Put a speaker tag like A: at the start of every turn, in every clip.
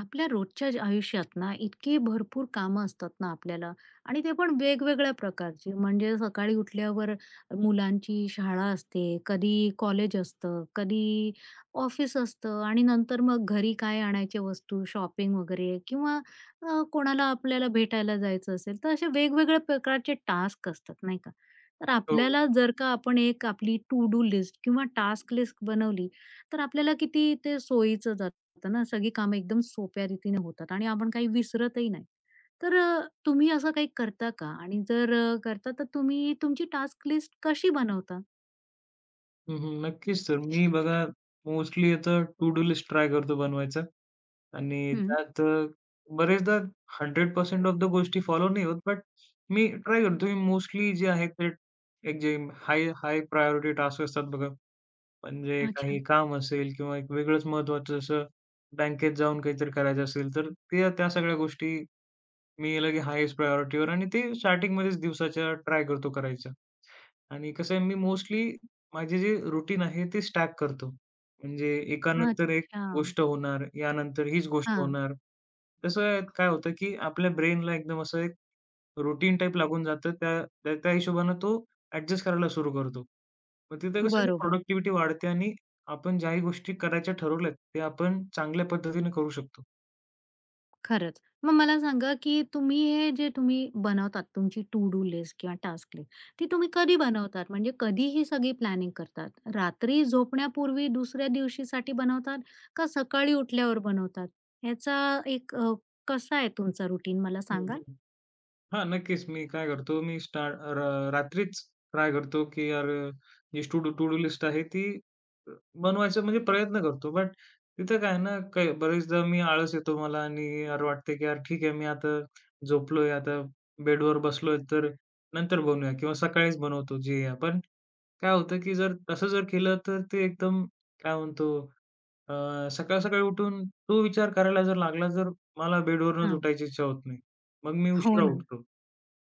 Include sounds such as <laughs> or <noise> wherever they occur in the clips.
A: आपल्या रोजच्या आयुष्यात ना इतकी भरपूर कामं असतात ना आपल्याला. आणि ते पण वेगवेगळ्या प्रकारची, म्हणजे सकाळी उठल्यावर मुलांची शाळा असते, कधी कॉलेज असतं, कधी ऑफिस असतं, आणि नंतर मग घरी काय आणायचे, वस्तू शॉपिंग वगैरे, किंवा कोणाला आपल्याला भेटायला जायचं असेल, तर असे वेगवेगळ्या प्रकारचे टास्क असतात नाही का. तर
B: हो.
A: आपल्याला जर का आपण एक आपली टू डू लिस्ट किंवा टास्क लिस्ट बनवली, तर आपल्याला किती ते सोयीचं जातं. तर ना सगळी कामं एकदम सोप्या रीतीने होतात आणि आपण काही विसरतही नाही. तर तुम्ही असं काही करता का? आणि जर करता, तर तुम्ही तुमची टास्क लिस्ट कशी बनवता?
B: हं, हं. नक्कीच सर. मी बघा मोस्टली आता टू डू लिस्ट ट्राय करतो बनवायचा. आणि
A: हं.
B: त्यात बरेचदा 100% ऑफ द गोष्टी फॉलो नाही होत, बट मी ट्राय करतो की मोस्टली जे आहे ते एक जे हाय हाय प्रायोरिटी टास्क असतात बघा, म्हणजे काही
A: अच्छा.
B: काम असेल किंवा एक वेगळंच महत्त्वाचं, जसं बँकेत जाऊन काहीतरी करायचं असेल, तर ते त्या सगळ्या गोष्टी मी लगे हायेस्ट प्रायोरिटीवर आणि ते स्टार्टिंगमध्येच दिवसाच्या ट्राय करतो करायचं. आणि कसं आहे, मी मोस्टली माझे जे रुटीन आहे ते स्टॅक करतो. म्हणजे एकानंतर एक
A: अच्छा.
B: गोष्ट होणार, यानंतर हीच गोष्ट
A: हां.
B: होणार. तसं आहे, काय होतं, की आपल्या ब्रेनला एकदम असं एक रुटीन टाइप लागून जातं. त्या त्या त्या हिशोबानं तो ॲडजस्ट करायला सुरू करतो. मग तिथे कसं ती
A: बरोबर.
B: प्रॉडक्टिव्हिटी वाढते आणि आपण ज्याही गोष्टी करायच्या ठरवल्यात, ते आपण चांगल्या पद्धतीने करू शकतो.
A: खरंच. मग मला सांगा, की तुम्ही हे जे तुम्ही बनवतात तुमची टू डू लिस्ट किंवा टास्क लिस्ट, ती तुम्ही कधी बनवतात? म्हणजे कधी ही सगळी प्लॅनिंग करतात? रात्री झोपण्यापूर्वी दुसऱ्या दिवशीसाठी बनवतात का सकाळी उठल्यावर बनवतात? ह्याचा एक कसा आहे तुमचा रुटीन, मला सांगाल?
B: हं, हां, नक्कीच. मी काय करतो, मी स्टार्ट र रात्रीच ट्राय करतो, की यार जी टू टू डू लिस्ट आहे ती अ, बनवायचा म्हणजे प्रयत्न करतो. बट तिथं काय ना, काही बरेचदा मी आळस येतो मला आणि यार वाटते, की यार ठीक आहे, मी आता झोपलोय, आता बेडवर बसलोय, तर नंतर बनवूया किंवा सकाळीच बनवतो जे आपण. काय होतं, की जर तसं केलं, तर ते एकदम काय म्हणतो अ, सकाळ-सकाळी उठून तो विचार करायला जर लागला, तर मला बेडवरूनच
A: हां.
B: उठायची इच्छा होत नाही. मग मी
A: हो
B: उशिरा
A: ना.
B: उठतो.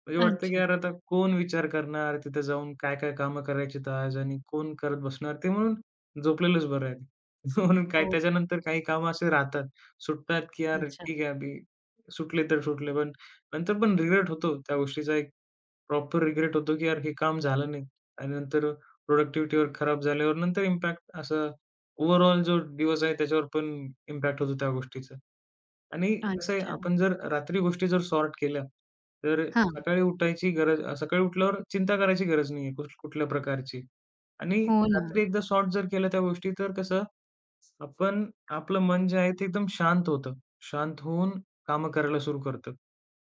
B: म्हणजे वाटतं की
A: अच्छा.
B: यार आता कोण विचार करणार, तिथे जाऊन काय-काय कामं करायचीत आज आणि कोण करत बसणार? ते म्हणून झोपलेलंच बरं आहे. <laughs> म्हणून काय
A: हो ना.
B: त्याच्यानंतर काही कामं असे राहतात, सुटतात की यार
A: अच्छा.
B: ठीक आहे अभी सुटले तर सुटले, पण नंतर पण रिग्रेट होतो त्या गोष्टीचा. एक प्रॉपर रिग्रेट होतो की यार हे काम झालं नाही आणि नंतर प्रोडक्टिव्हिटीवर खराब झाल्यावर नंतर इम्पॅक्ट असा ओव्हरऑल जो दिवस आहे त्याच्यावर पण इम्पॅक्ट होतो त्या गोष्टीचा. आणि कसं आहे,
A: अच्छा.
B: आपण जर रात्री गोष्टी सॉर्ट केल्या तर
A: हां.
B: सकाळी उठल्यावर चिंता करायची गरज नाहीये कुठल्या प्रकारची. आणि
A: हो ना.
B: रात्री एकदा सॉर्ट जर केलं त्या गोष्टी, तर कसं आपण आपलं मन जे आहे ते एकदम शांत होतं. शांत होऊन कामं करायला सुरू करतं.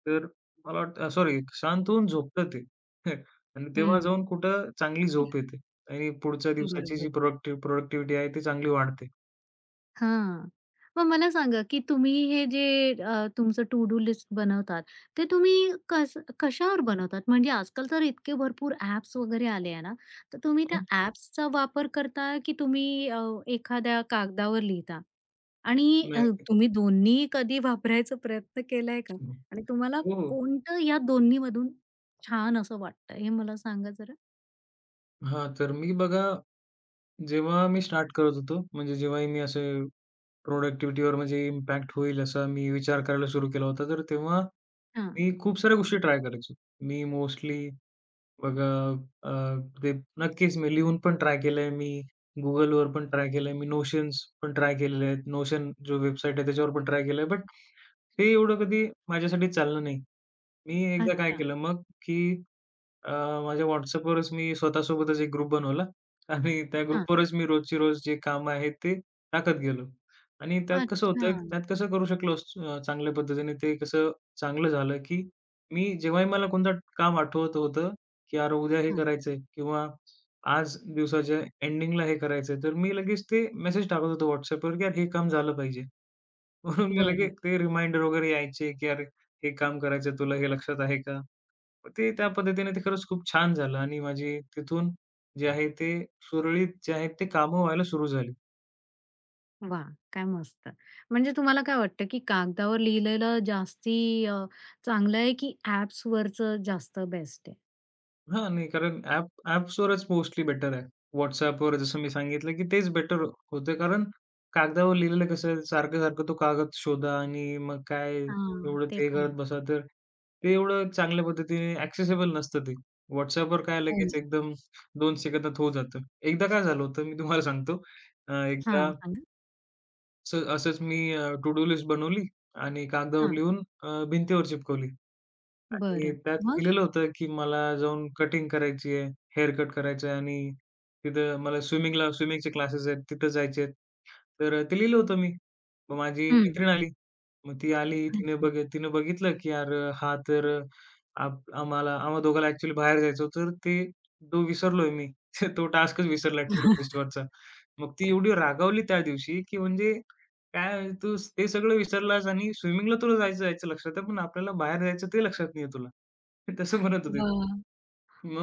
B: तर मला वाटतं सॉरी शांत होऊन झोपतं ते. <laughs> आणि तेव्हा
A: हं.
B: जाऊन कुठं चांगली झोप येते आणि पुढच्या दिवसाची जी
A: बरोबर.
B: प्रोडक्टिव्हिटी आहे ती चांगली वाढते.
A: हां. मग मला सांगा, की तुम्ही हे जे तुमचं टू डू लिस्ट बनवतात, ते तुम्ही कसं कशावर बनवतात? म्हणजे आजकाल तर इतके भरपूर ॲप्स वगैरे आले आहे ना, तर तुम्ही त्या
B: हं.
A: ॲप्सचा वापर करता, की तुम्ही एखाद्या कागदावर लिहिता? आणि अ,
B: नाही.
A: तुम्ही दोन्ही कधी वापरायचा प्रयत्न केलाय का? आणि तुम्हाला
B: हो, हो.
A: कोणतं या दोन्हीमधून छान असं वाटतं, हे मला सांगा जरा?
B: हां, तर मी बघा, जेव्हा मी स्टार्ट करत होतो, म्हणजे जेव्हाही मी असे प्रोडक्टिव्हिटीवर म्हणजे इम्पॅक्ट होईल असा मी विचार करायला सुरू केला होता. तर तेव्हा
A: हां.
B: मी खूप साऱ्या गोष्टी ट्राय करायचो. मी मोस्टली बघा अ, ते नक्कीच मी लिहून पण ट्राय केलंय, मी Googleवर पण ट्राय केलंय, मी नोशन्स पण ट्राय केलेले आहेत. Notion जो वेबसाईट आहे त्याच्यावर पण ट्राय केलंय. बट ते एवढं कधी माझ्यासाठी चाललं नाही. मी एकदा काय
A: अच्छा.
B: केलं मग, की अ, माझ्या WhatsAppवरच मी स्वतःसोबतच एक ग्रुप बनवला आणि त्या
A: हां.
B: ग्रुपवरच मी रोजची रोज जे कामं आहेत ते टाकत गेलो. आणि त्यात कसं होतं,
A: अच्छा.
B: त्यात कसं करू शकलो चांगल्या पद्धतीने. ते कसं चांगलं झालं, की मी जेव्हाही मला कोणतं काम आठवत होतं, की "यार उद्या हे
A: हां.
B: करायचंय" किंवा "आज दिवसाच्या एंडिंगला हे करायचंय." तर मी लगेच ते मेसेज टाकत होतो WhatsAppवर, की "यार हे काम झालं पाहिजे." <laughs> म्हणून मी लगेच
A: बरं.
B: ते रिमाइंडर वगैरे यायचे, की "अरे हे काम करायचंय तुला, हे लक्षात आहे का?" मग ते त्या पद्धतीने ते खरंच खूप छान झालं आणि माझी तिथून जे आहे ते सुरळीत जे आहे ते कामं व्हायला सुरू झाली.
A: वा, काय मस्त. म्हणजे तुम्हाला काय वाटतं, की कागदावर लिहिलेलं जास्ती चांगलं आहे, की ॲप्सवरचं जास्त बेस्ट आहे?
B: हां, नाही, कारण ॲप्सवरच मोस्टली बेटर आहे. WhatsAppवर, जसं मी सांगितलं, की तेच बेटर होतं, कारण कागदावर लिहिलेलं कसं सारखं-सारखं तो कागद शोधा आणि मग काय
A: हां,
B: एवढं
A: ते
B: ते
A: पण
B: करत
A: आहे.
B: बसा, तर ते एवढं चांगल्या पद्धतीने ॲक्सेसिबल नसतं ते. WhatsAppवर काय
A: हो
B: लगेच
A: ना.
B: एकदम 2 सेकंदात होऊन जातं. एकदा काय झालं होतं मी तुम्हाला सांगतो. एकदा
A: हां, सांगा.
B: असंच मी टू डू लिस्ट बनवली आणि कागदावर
A: हां,
B: लिहून, भिंतीवर चिपकवली. आणि
A: बरं.
B: त्यात
A: मग?
B: लिहिलेलं होतं, की मला जाऊन कटिंग करायची आहे, हेअर कट करायचं आहे आणि तिथं मला स्विमिंगचे क्लासेस आहेत, तिथं जायचे आहेत. तर ते लिहिलं होतं मी. मग माझी
A: हं.
B: मैत्रीण आली. मग ती आली, तिने
A: अच्छा.
B: बघ तिनं बघितलं, की "यार हा तर आम्हाला आम्हा दोघांना ॲक्चुअली बाहेर जायचं होतं." तर ते तो विसरलोय मी. <laughs> तो टास्कच विसरला टू डू
A: <laughs>
B: लिस्टवरचा. मग ती एवढी रागावली त्या दिवशी, की म्हणजे काय तू ते सगळं विसरलास आणि स्विमिंगला तुला जायचं जायचं लक्षात आहे, पण आपल्याला बाहेर जायचं ते लक्षात नाहीये तुला. <laughs> तसं म्हणत होती.
A: वाह!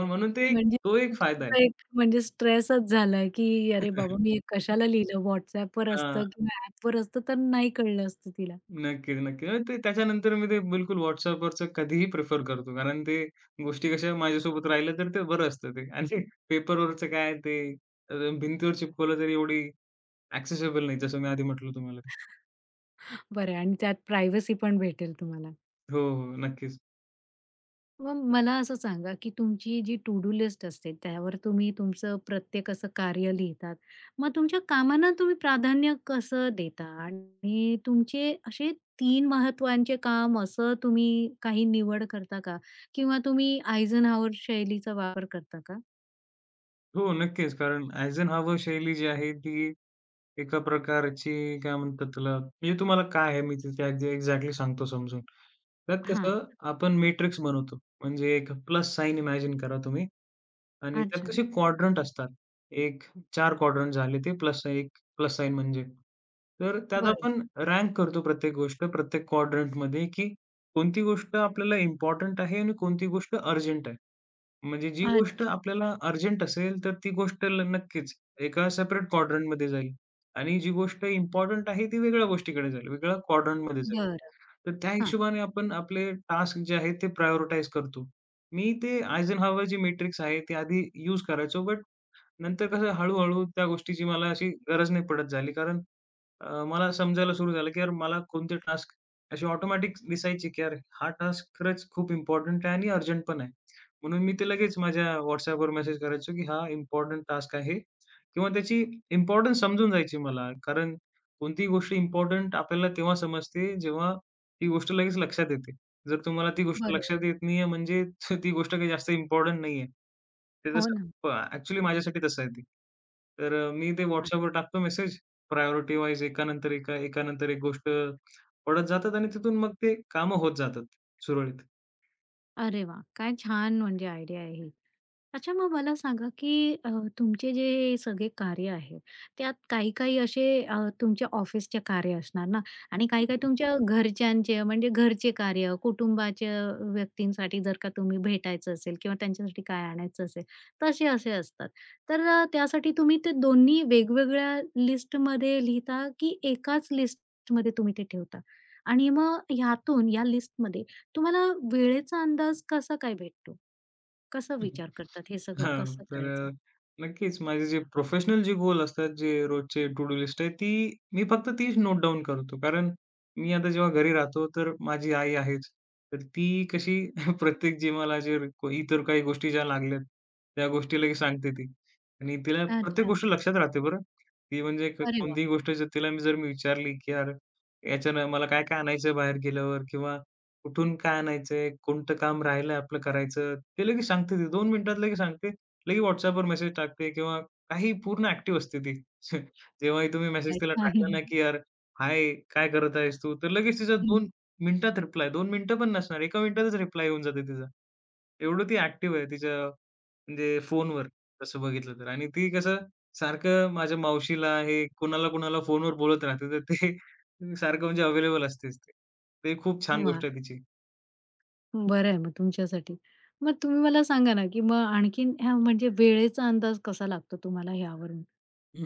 B: म्हणून ते
A: म्हणजे
B: तो एक फायदा आहे.
A: तुमचा एक म्हणजे स्ट्रेसच झाला, की "अरे बाबा, मी
B: <laughs>
A: हे कशाला लिहिलं? WhatsAppवर
B: हां.
A: असतं किंवा ॲपवर असतं तर नाही कळलं असतं तिला."
B: नक्कीच. म्हणजे ते त्याच्यानंतर मी ते बिलकुल WhatsAppवरचं कधीही प्रिफर करतो. कारण ते गोष्टी कशा माझ्यासोबत राहिल्या तर ते बरं असतं ते. आणि पेपरवरचं काय ते अ, भिंतीवर चिपकवलं तरी एवढी ॲक्सेसिबल नाही, जसं मी आधी म्हटलं तुम्हाला.
A: बरं, आणि त्यात प्रायव्हसी पण भेटेल तुम्हाला.
B: हो, हो. नक्कीच.
A: मग मला असं सांगा, की तुमची जी टू डू लिस्ट असते, त्यावर तुम्ही तुमचं प्रत्येक असं कार्य लिहितात. मग तुमच्या कामांना तुम्ही प्राधान्य कसं देता? आणि तुमचे असे 3 महत्त्वांचे काम असं तुम्ही काही निवड करता का? किंवा तुम्ही आयझनहॉवर शैलीचा वापर करता का?
B: हो, नक्कीच. कारण Eisenhower शैली जी आहे ती एका प्रकारची काय म्हणतात त्याला, म्हणजे तुम्हाला काय आहे मी तिथे अगदी एक्झॅक्टली सांगतो समजून. त्यात
A: हां.
B: कसं आपण मॅट्रिक्स बनवतो. म्हणजे एक प्लस साइन इमॅजिन करा तुम्ही आणि त्यात
A: अच्छा.
B: कसे क्वाड्रंट असतात. एक चार क्वाड्रंट झाले ते प्लस एक प्लस साइन म्हणजे. तर त्यात
A: बरोबर.
B: आपण रँक करतो प्रत्येक गोष्ट प्रत्येक क्वाड्रंटमध्ये, की कोणती गोष्ट आपल्याला इम्पोर्टंट आहे आणि कोणती गोष्ट अर्जंट आहे. म्हणजे जी गोष्ट
A: अच्छा.
B: आपल्याला अर्जंट असेल, तर ती गोष्ट नक्कीच एका सेपरेट क्वाड्रंटमध्ये जाईल आणि जी गोष्ट इम्पोर्टंट आहे, ती वेगळ्या गोष्टीकडे जाईल, वेगळ्या क्वाड्रंटमध्ये जाईल.
A: बरं.
B: तर त्या
A: हां.
B: हिशोबाने आपण आपले टास्क जे आहेत, ते प्रायोरिटाईज करतो. मी ते Eisenhower जे मॅट्रिक्स आहे, ते आधी यूज करायचो, बट नंतर कसं हळू त्या गोष्टीची मला अशी गरज नाही पडत झाली, कारण मला समजायला सुरू झालं, की यार मला कोणते टास्क असे ऑटोमॅटिक दिसायचे, की यार हा टास्क खरंच खूप इम्पोर्टंट आहे आणि अर्जंट पण आहे. म्हणून मी ते लगेच माझ्या WhatsAppवर मेसेज करायचो, की हा इम्पोर्टंट टास्क आहे किंवा त्याची इम्पोर्टन्स समजून जायची मला. कारण कोणतीही गोष्ट इम्पोर्टंट आपल्याला तेव्हा समजते, जेव्हा ती गोष्ट लगेच लक्षात येते. जर तुम्हाला ती गोष्ट
A: बरोबर.
B: लक्षात येत नाहीये, म्हणजे <laughs> ती गोष्ट काही जास्त इम्पोर्टंट नाहीये. ते
A: हो
B: तसं
A: ना.
B: ॲक्चुअली माझ्यासाठी तसं आहे ते. तर मी ते
A: हां.
B: WhatsAppवर टाकतो मेसेज प्रायोरिटी वाईज एकानंतर एका, एकानंतर एक गोष्ट पडत जातात आणि तिथून मग ते कामं होत जातात सुरळीत.
A: अरे वाह! काय छान म्हणजे आयडिया आहे ही. अच्छा, मग मला सांगा, की तुमचे जे सगळे कार्य आहे, त्यात काही-काही असे तुमच्या ऑफिसचे कार्य असणार ना, आणि काही-काही तुमच्या घरच्यांचे, म्हणजे घरचे कार्य, कुटुंबाच्या व्यक्तींसाठी जर का तुम्ही भेटायचं असेल किंवा त्यांच्यासाठी काय आणायचं असेल, तसे असे असतात. तर त्यासाठी तुम्ही ते दोन्ही वेगवेगळ्या लिस्टमध्ये लिहिता, की एकाच लिस्टमध्ये तुम्ही ते ठेवता? आणि मग ह्यातून या लिस्टमध्ये तुम्हाला वेळेचा अंदाज कसा काय भेटतो? कसं
B: <laughs>
A: विचार करतात? हे
B: हं,
A: सगळं
B: हां,
A: कसं
B: तर
A: करायचं?
B: नक्कीच माझे जे प्रोफेशनल जे गोल असतात, जे रोजचे टू डू लिस्ट आहे, ती मी फक्त तीच नोट डाउन करतो. कारण मी आता जेव्हा घरी राहतो, तर माझी आई आहेच. तर ती कशी <laughs> प्रत्येक जे मला जे इतर काही गोष्टी ज्या लागल्यात, त्या गोष्टी लगेच सांगते ती. आणि तिला प्रत्येक
A: अच्छा.
B: गोष्ट लक्षात राहते बरं. ती म्हणजे
A: अरे वाह!
B: कोणतीही गोष्ट जर तिला मी जर मी विचारली, की "यार, याच्यानं मला काय-काय आणायचं बाहेर गेल्यावर?" किंवा "कुठून काय आणायचंय? कोणतं काम राहिलंय आपलं करायचं?" ते लगेच सांगते ती, 2 मिनिटात लगेच सांगते. लगेच WhatsAppवर मेसेज टाकते किंवा काही, पूर्ण ॲक्टिव्ह असते ती. <laughs> जेव्हाही तुम्ही
A: काय
B: मेसेज तिला टाकला ना,
A: छान.
B: की "यार, हाय, काय करत आहेस तू?" तर लगेच तिचा
A: हं.
B: 2 मिनिटात रिप्लाय, 2 मिनिटं पण नसणार, 1 मिनिटातच रिप्लाय येऊन जाते तिचा. एवढं ती ॲक्टिव्ह आहे तिच्या म्हणजे फोनवर तसं बघितलं तर. आणि ती कसं सारखं माझ्या मावशीला हे कोणाला, कोणाला फोनवर बोलत राहते. तर ते <laughs> सारखं म्हणजे अवेलेबल असतेच ती. ते खूप छान
A: वाह!
B: गोष्ट आहे तिची.
A: बरं आहे मग तुमच्यासाठी. मग तुम्ही मला सांगा ना, की मग आणखीन ह्या म्हणजे वेळेचा अंदाज कसा लागतो तुम्हाला ह्यावरून?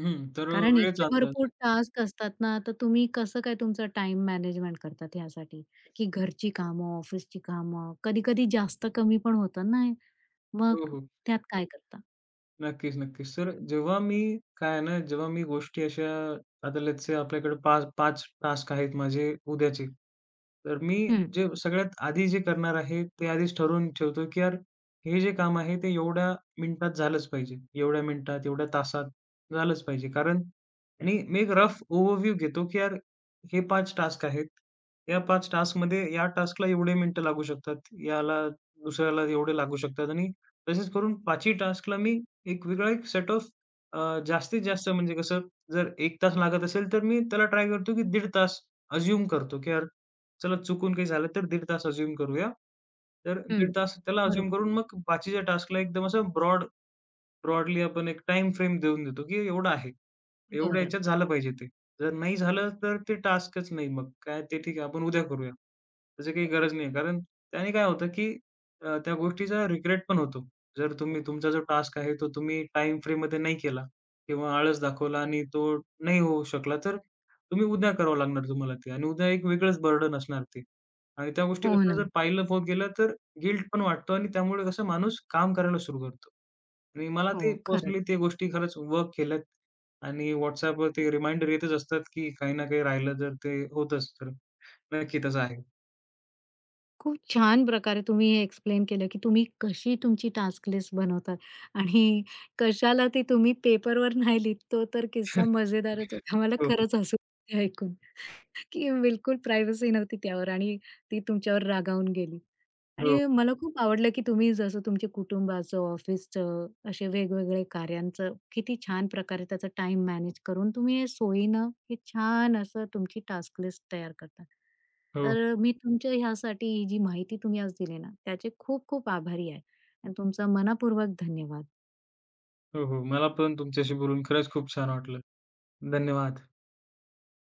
B: हं. तर
A: कारण
B: वेळेचा
A: इतके
B: अंदाज.
A: भरपूर टास्क असतात ना, तर तुम्ही कसं काय तुमचं टाईम मॅनेजमेंट करतात ह्यासाठी? की घरची कामं, ऑफिसची कामं, कधी-कधी जास्त कमी पण होतात ना, मग
B: हो, हो.
A: त्यात काय करता?
B: नक्कीच. सर, जेव्हा मी काय आहे ना, जेव्हा मी गोष्टी अशा आता लेट्स से आपल्याकडे 5 टास्क आहेत माझे उद्याचे. तर मी
A: हं,
B: जे सगळ्यात आधी करणार आहे, ते आधीच ठरवून ठेवतो, की यार हे जे काम आहे ते एवढ्या मिनिटात झालंच पाहिजे. एवढ्या मिनिटात, एवढ्या तासात झालंच पाहिजे. कारण आणि मी एक रफ ओव्हरव्ह्यू घेतो, की यार हे 5 टास्क आहेत. या 5 टास्कमध्ये या टास्कला एवढे मिनिटं लागू शकतात, याला दुसऱ्याला एवढे लागू शकतात आणि तसेच करून 5ही टास्कला मी एक वेगळा एक सेट ऑफ जास्तीत जास्त म्हणजे कसं जर 1 तास लागत असेल, तर मी त्याला ट्राय करतो, की दीड तास अझ्युम करतो, की यार चला चुकून काही झालं तर दीड तास अझ्युम करूया. तर
A: हं.
B: दीड तास त्याला अझ्युम
A: बरोबर.
B: करून मग बाकीच्या टास्कला एकदम असं ब्रॉडली आपण एक टाईम फ्रेम देऊन देतो, की एवढं आहे. एवढ्या
A: बरं.
B: ह्याच्यात झालं पाहिजे ते. जर नाही झालं तर ते टास्कच नाही, मग काय ते ठीक आहे आपण उद्या करूया. त्याची काही गरज नाही. कारण त्याने काय होतं, की त्या गोष्टीचा रिग्रेट पण होतो. जर तुम्ही तुमचा जो टास्क आहे तो तुम्ही टाईम फ्रेममध्ये नाही केला किंवा आळस दाखवला आणि तो नाही होऊ शकला, तर तुम्ही उद्या करावं लागणार तुम्हाला ते आणि उद्या एक वेगळंच बर्डन असणार ते. आणि त्या गोष्टी
A: हो
B: कसं
A: ना.
B: जर पाहिलं होत गेलं तर गिल्ट पण वाटतो आणि त्यामुळे कसं माणूस काम करायला सुरू करतो. आणि मला
A: हो,
B: ते
A: खरंच.
B: पर्सनली ते गोष्टी खरंच वर्क केल्यात आणि WhatsAppवर ते रिमाइंडर येतच असतात, की काही ना काही राहिलं तर ते होतच, तर नक्की तसं आहे.
A: खूप छान प्रकारे तुम्ही हे एक्सप्लेन केलं, की तुम्ही कशी तुमची टास्क लिस्ट बनवतात आणि कशाला ती तुम्ही पेपरवर नाही लिहीत. तो तर किस्सा मजेदारच
B: <laughs>
A: होता. मला
B: हो, हो,
A: खरंच हसू आलं ऐकून, की बिलकुल प्रायव्हसी नव्हती त्यावर आणि ती तुमच्यावर रागावून गेली.
B: हो,
A: आणि मला खूप आवडलं, की तुम्ही जसं तुमच्या कुटुंबाचं, ऑफिसचं असे वेगवेगळे कार्यांचं किती छान प्रकारे त्याचं टाईम मॅनेज करून तुम्ही हे सोयीनं हे छान असं तुमची टास्क लिस्ट तयार करता.
B: हो,
A: तर मी तुमच्या ह्यासाठी ही जी माहिती तुम्ही आज दिली ना, त्याचे खूप खूप आभारी आहे आणि तुमचा मनःपूर्वक धन्यवाद.
B: हो, हो. मला पण तुमच्याशी बोलून खरंच खूप छान वाटलं. धन्यवाद.